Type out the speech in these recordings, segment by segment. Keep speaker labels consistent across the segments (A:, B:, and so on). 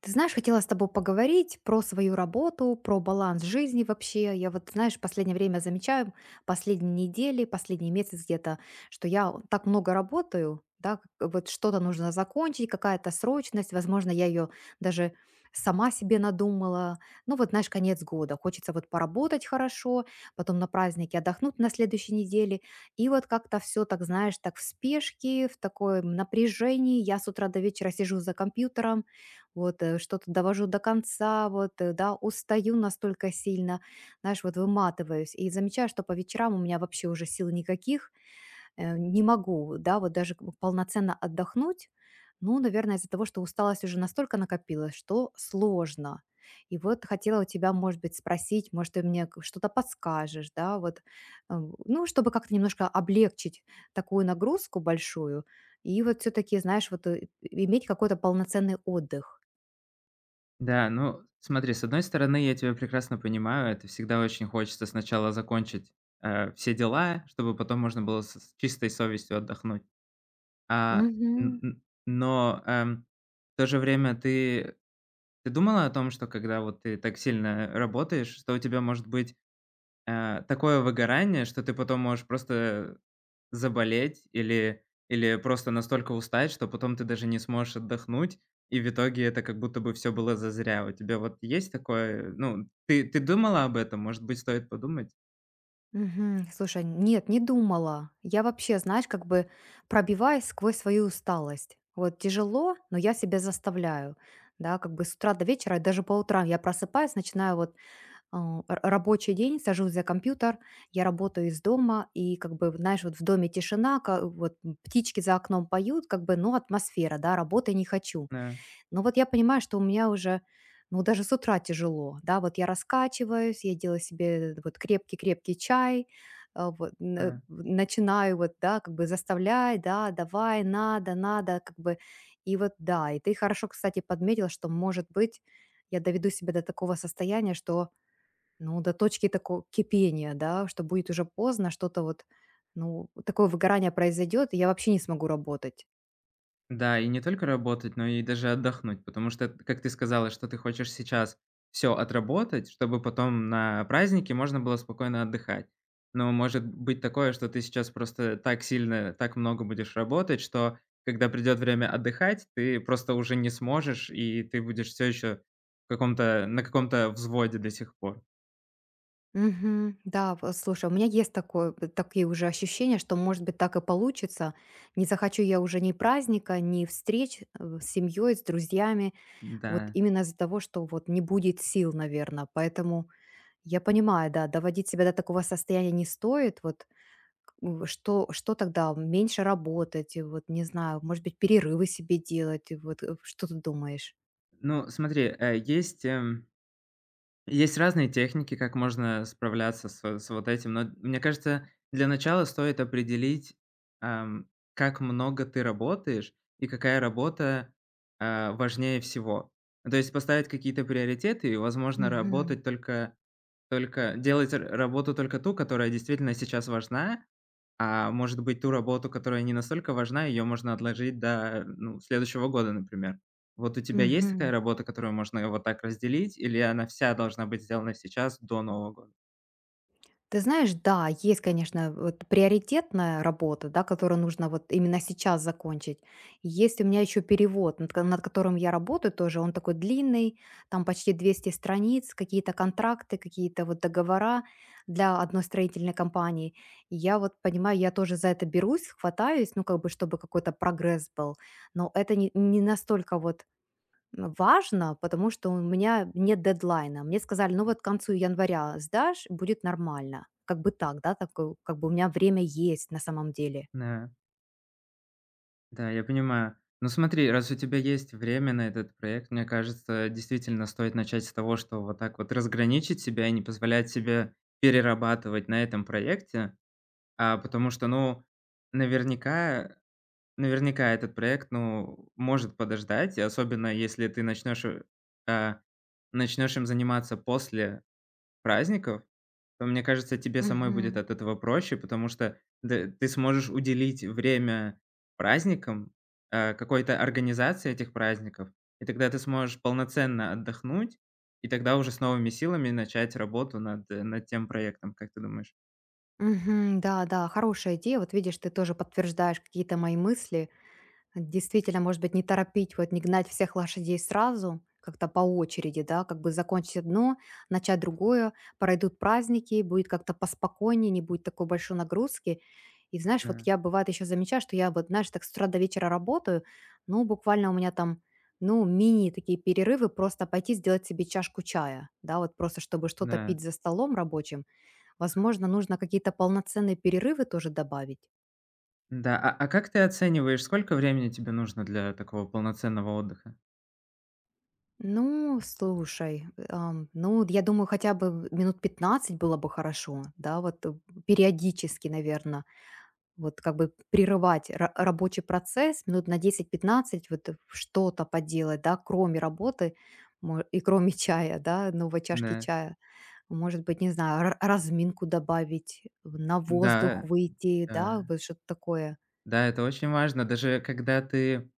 A: Ты знаешь, хотела с тобой поговорить про свою работу, про баланс жизни вообще. Я вот, знаешь, в последнее время замечаю, последние недели, последний месяц где-то, что я так много работаю, да, как вот что-то нужно закончить, какая-то срочность, возможно, я ее даже сама себе надумала. Ну вот, знаешь, конец года, хочется вот поработать хорошо, потом на празднике отдохнуть на следующей неделе, и вот как-то все так, знаешь, так в спешке, в таком напряжении. Я с утра до вечера сижу за компьютером, вот, что-то довожу до конца, вот, да, устаю настолько сильно, знаешь, вот выматываюсь. И замечаю, что по вечерам у меня вообще уже сил никаких, не могу, да, вот даже как бы полноценно отдохнуть. Ну, наверное, из-за того, что усталость уже настолько накопилась, что сложно. И вот хотела у тебя, может быть, спросить, может, ты мне что-то подскажешь, да, вот, э, ну, чтобы как-то немножко облегчить такую нагрузку большую, и вот все-таки, знаешь, вот иметь какой-то полноценный отдых.
B: Да, ну, смотри, с одной стороны, я тебя прекрасно понимаю, это всегда очень хочется сначала закончить, все дела, чтобы потом можно было с чистой совестью отдохнуть. А, н
A: Мгм.
B: н но, эм, в то же время ты думала о том, что когда вот ты так сильно работаешь, что у тебя может быть такое выгорание, что ты потом можешь просто заболеть или просто настолько устать, что потом ты даже не сможешь отдохнуть, и в итоге это как будто бы все было зазря. У тебя вот есть такое? Ну, ты думала об этом? Может быть, стоит подумать?
A: Мгм. Слушай, нет, не думала. Я вообще, знаешь, как бы пробиваюсь сквозь свою усталость. Вот тяжело, но я себя заставляю. Да, как бы с утра до вечера, и даже по утрам я просыпаюсь, начинаю вот рабочий день, сажусь за компьютер, я работаю из дома, и как бы, знаешь, вот в доме тишина, вот птички за окном поют, как бы, ну, атмосфера, да, работы не хочу.
B: Да,
A: Но вот я понимаю, что у меня уже, ну, даже с утра тяжело, да, вот я раскачиваюсь, я делаю себе вот крепкий-крепкий чай, вот,
B: да.
A: начинаю вот, да, как бы заставляй, да, давай, надо, надо, как бы, и вот, да, и ты хорошо, кстати, подметила, что, может быть, я доведу себя до такого состояния, что, ну, до точки такого кипения, да, что будет уже поздно, что-то вот, ну, такое выгорание произойдет, и я вообще не смогу работать.
B: Да, и не только работать, но и даже отдохнуть, потому что, как ты сказала, что ты хочешь сейчас все отработать, чтобы потом на празднике можно было спокойно отдыхать. Но может быть такое, что ты сейчас просто так сильно, так много будешь работать, что когда придет время отдыхать, ты просто уже не сможешь, и ты будешь все еще в каком-то на каком-то взводе до сих пор.
A: Мгм. Да, вот слушай, у меня есть такое, такие уже ощущения, что, может быть, так и получится. Не захочу я уже ни праздника, ни встреч с семьей, с друзьями, вот
B: Да.
A: именно из-за того, что вот не будет сил, наверное. Поэтому я понимаю, да, доводить себя до такого состояния не стоит. Вот что тогда? Меньше работать, и вот не знаю, может быть, перерывы себе делать. И вот, что ты думаешь?
B: Ну, смотри, есть, есть разные техники, как можно справляться с вот этим, но мне кажется, для начала стоит определить, ам, как много ты работаешь и какая работа, важнее всего. То есть поставить какие-то приоритеты и, возможно,
A: Мгм.
B: работать только делать р работу только ту, которая действительно сейчас важна, а может быть, ту работу, которая не настолько важна, ее можно отложить до, ну, следующего года, например. Вот у тебя есть такая
A: Мгм.
B: работа, которую можно вот так разделить, или она вся должна быть сделана сейчас, до Нового года?
A: Ты знаешь, да, есть, конечно, вот приоритетная работа, да, которую нужно вот именно сейчас закончить. И есть у меня еще перевод, над, над которым я работаю тоже. Он такой длинный, там почти 200 страниц, какие-то контракты, какие-то вот договора для одной строительной компании. И я вот понимаю, я тоже за это берусь, хватаюсь, ну, как бы, чтобы какой-то прогресс был. Но это не, не настолько вот важно, потому что у меня нет дедлайна. Мне сказали: «Ну вот к концу января сдашь, будет нормально». Как бы так, да, такой, как бы у меня время есть на самом деле.
B: Да, да, я понимаю. Ну смотри, раз у тебя есть время на этот проект, мне кажется, действительно стоит начать с того, что вот так вот разграничить себя и не позволять себе перерабатывать на этом проекте. Потому что, ну, наверняка Наверняка этот проект, ну, может подождать, и особенно если ты начнешь, а, начнешь им заниматься после праздников, то, мне кажется, тебе самой будет
A: Мгм.
B: от этого проще, потому что д ты сможешь уделить время праздникам, какой-то организации этих праздников, и тогда ты сможешь полноценно отдохнуть, и тогда уже с новыми силами начать работу над над тем проектом, как ты думаешь?
A: Мгм. Да, да, хорошая идея. Вот видишь, ты тоже подтверждаешь какие-то мои мысли. Действительно, может быть, не торопить, вот не гнать всех лошадей сразу, как-то по очереди, да, как бы закончить одно, начать другое, пройдут праздники, будет как-то поспокойнее, не будет такой большой нагрузки. И знаешь, вот
B: Да,
A: я бывает еще замечаю, что я вот, знаешь, так с утра до вечера работаю, ну, буквально у меня там, ну, мини такие перерывы, просто пойти сделать себе чашку чая, да, вот просто чтобы что-то
B: да.
A: пить за столом рабочим. Возможно, нужно какие-то полноценные перерывы тоже добавить.
B: Да, а как ты оцениваешь, сколько времени тебе нужно для такого полноценного отдыха?
A: Ну, слушай, ну, вот я думаю, хотя бы 15 минут было бы хорошо, да, вот периодически, наверное, вот как бы прерывать рабочий процесс минут на 10-15, вот что-то поделать, да, кроме работы и кроме чая, да, новой чашки
B: Да,
A: чая. Может быть, не знаю, разминку добавить, на воздух
B: да,
A: выйти, да,
B: да.
A: вот что-то такое.
B: Да, это очень важно. Даже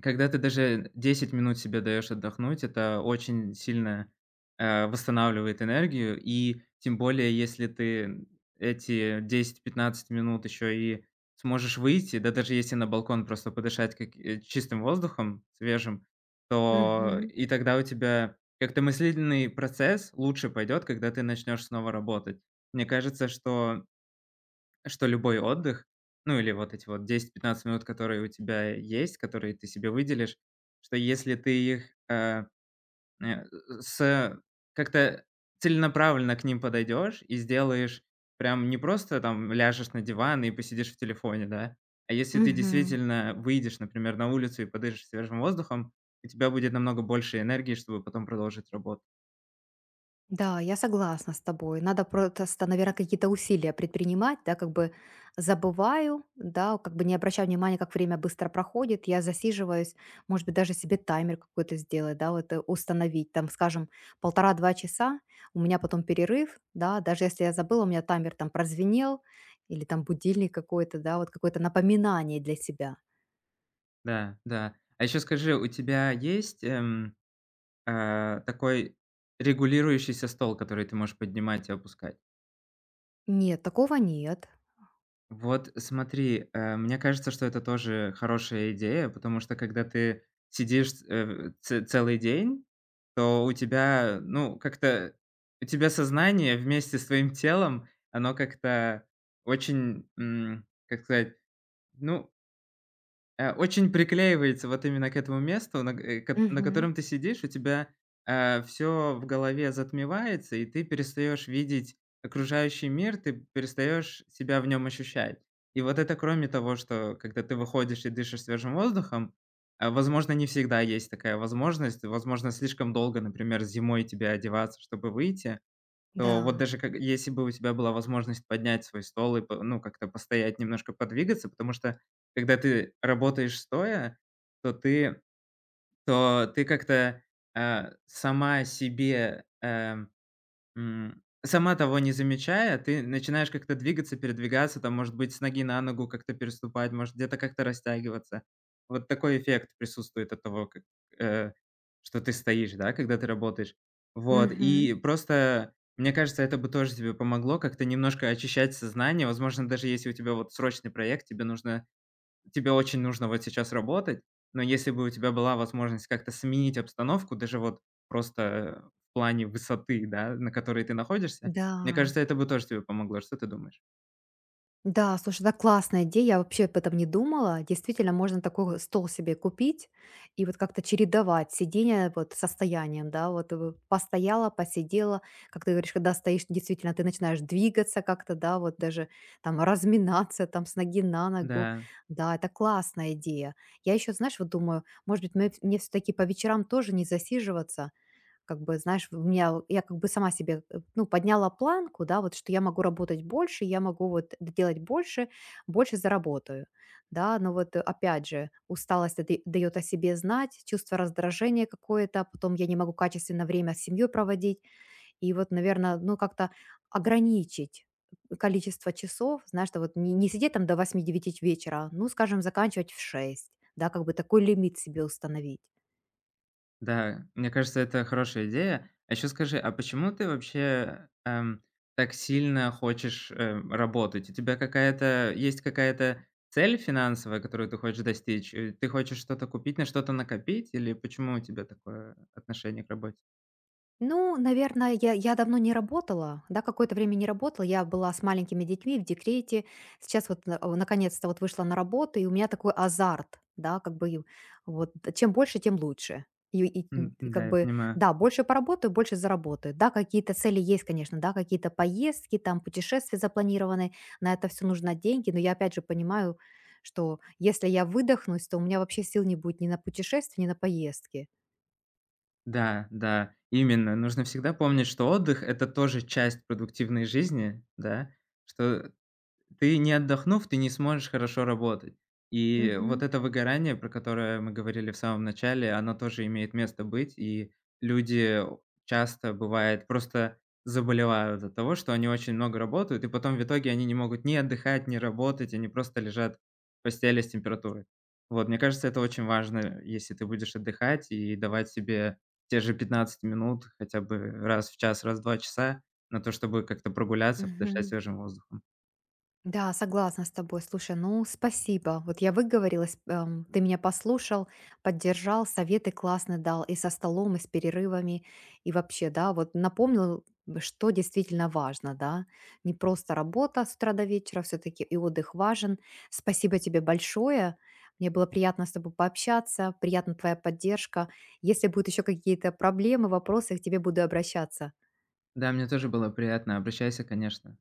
B: когда ты даже 10 минут себе даешь отдохнуть, это очень сильно, восстанавливает энергию. И тем более, если ты эти десять-пятнадцать минут еще и сможешь выйти, да даже если на балкон просто подышать как чистым воздухом, свежим, то и тогда у тебя как-то мыслительный процесс лучше пойдет, когда ты начнешь снова работать. Мне кажется, что что любой отдых, ну, или вот эти вот 10-15 минут, которые у тебя есть, которые ты себе выделишь, что если ты их, э, э, с как-то целенаправленно к ним подойдешь и сделаешь прям не просто там ляжешь на диван и посидишь в телефоне, да, а если ты
A: Угу.
B: действительно выйдешь, например, на улицу и подышишь свежим воздухом, у тебя будет намного больше энергии, чтобы потом продолжить работу.
A: Да, я согласна с тобой. Надо просто, наверное, какие-то усилия предпринимать, да, как бы забываю, да, как бы не обращаю внимания, как время быстро проходит, я засиживаюсь, может быть, даже себе таймер какой-то сделать, да, вот установить, там, скажем, полтора-два часа, у меня потом перерыв, да, даже если я забыла, у меня таймер там прозвенел, или там будильник какой-то, да, вот какое-то напоминание для себя.
B: Да, да. А еще скажи, у тебя есть, такой регулирующийся стол, который ты можешь поднимать и опускать.
A: Нет, такого нет.
B: Вот смотри, мне кажется, что это тоже хорошая идея, потому что когда ты сидишь, э, ц целый день, то у тебя, ну, как-то у тебя сознание вместе с твоим телом, оно как-то очень, как сказать, ну, очень приклеивается вот именно к этому месту, на э, ко на
A: Мгм.
B: котором ты сидишь, у тебя, все в голове затмевается, и ты перестаешь видеть окружающий мир, ты перестаешь себя в нем ощущать. И вот это кроме того, что когда ты выходишь и дышишь свежим воздухом, возможно, не всегда есть такая возможность. Возможно, слишком долго, например, зимой тебе одеваться, чтобы выйти. То вот
A: Да.
B: даже как если бы у тебя была возможность поднять свой стол и по ну, как-то постоять, немножко подвигаться, потому что когда ты работаешь стоя, то ты то ты как-то, э, сама себе, э М, сама того не замечая, ты начинаешь как-то двигаться, передвигаться, там, может быть, с ноги на ногу как-то переступать, может, где-то как-то растягиваться. Вот такой эффект присутствует от того, как, э, что ты стоишь, да, когда ты работаешь. Вот,
A: Мгм.
B: и просто, мне кажется, это бы тоже тебе помогло как-то немножко очищать сознание. Возможно, даже если у тебя вот срочный проект, тебе очень нужно вот сейчас работать, но если бы у тебя была возможность как-то сменить обстановку, даже вот просто в плане высоты, да, на которой ты находишься,
A: Да.
B: мне кажется, это бы тоже тебе помогло. Что ты думаешь?
A: Да, слушай, это классная идея, я вообще об этом не думала. Действительно, можно такой стол себе купить и вот как-то чередовать сидение вот с состоянием, да, вот постояла, посидела, как ты говоришь, когда стоишь, действительно, ты начинаешь двигаться как-то, да, вот даже там разминаться там с ноги на ногу,
B: Да,
A: да, это классная идея. Я еще, знаешь, вот думаю, может быть, мне, все-таки по вечерам тоже не засиживаться, как бы, знаешь, у меня я как бы сама себе, ну, подняла планку, да, вот что я могу работать больше, я могу вот делать больше, больше заработаю, да. Но вот, опять же, усталость дает о себе знать, чувство раздражения какое-то, а потом я не могу качественно время с семьей проводить, и вот, наверное, ну, как-то ограничить количество часов, знаешь, что вот не, не сидеть там до 8-9 вечера, а, ну, скажем, заканчивать в 6, да, как бы такой лимит себе установить.
B: да, мне кажется, это хорошая идея. А еще скажи, а почему ты вообще, так сильно хочешь, работать? У тебя какая-то есть какая-то цель финансовая, которую ты хочешь достичь? Ты хочешь что-то купить, на что-то накопить или почему у тебя такое отношение к работе?
A: Ну, наверное, я давно не работала, да, какое-то время не работала, я была с маленькими детьми в декрете, сейчас вот наконец-то вот вышла на работу, и у меня такой азарт, да, как бы и вот чем больше, тем лучше. И, и, м,
B: М,
A: и как
B: да, я
A: бы,
B: понимаю.
A: да, больше поработаю, больше заработаю. Да, какие-то цели есть, конечно, да, какие-то поездки, там, путешествия запланированы, на это все нужно деньги, но я опять же понимаю, что если я выдохнусь, то у меня вообще сил не будет ни на путешествия, ни на поездки.
B: Да, да, именно. Нужно всегда помнить, что отдых — это тоже часть продуктивной жизни, да. Что, ты не отдохнув, ты не сможешь хорошо работать. И
A: Мгм.
B: вот это выгорание, про которое мы говорили в самом начале, оно тоже имеет место быть, и люди часто, бывает, просто заболевают от того, что они очень много работают, и потом в итоге они не могут ни отдыхать, ни работать, они просто лежат в постели с температурой. Вот, мне кажется, это очень важно, если ты будешь отдыхать и давать себе те же 15 минут хотя бы раз в час, раз в 2 часа на то, чтобы как-то прогуляться, подышать
A: Мгм.
B: свежим воздухом.
A: Да, согласна с тобой. Слушай, ну спасибо. Вот я выговорилась, ты меня послушал, поддержал, советы классные дал и со столом, и с перерывами, и вообще, да, вот напомнил, что действительно важно, да. Не просто работа с утра до вечера, все-таки и отдых важен. Спасибо тебе большое. Мне было приятно с тобой пообщаться, приятна твоя поддержка. Если будут еще какие-то проблемы, вопросы, к тебе буду обращаться.
B: Да, мне тоже было приятно. Обращайся, конечно.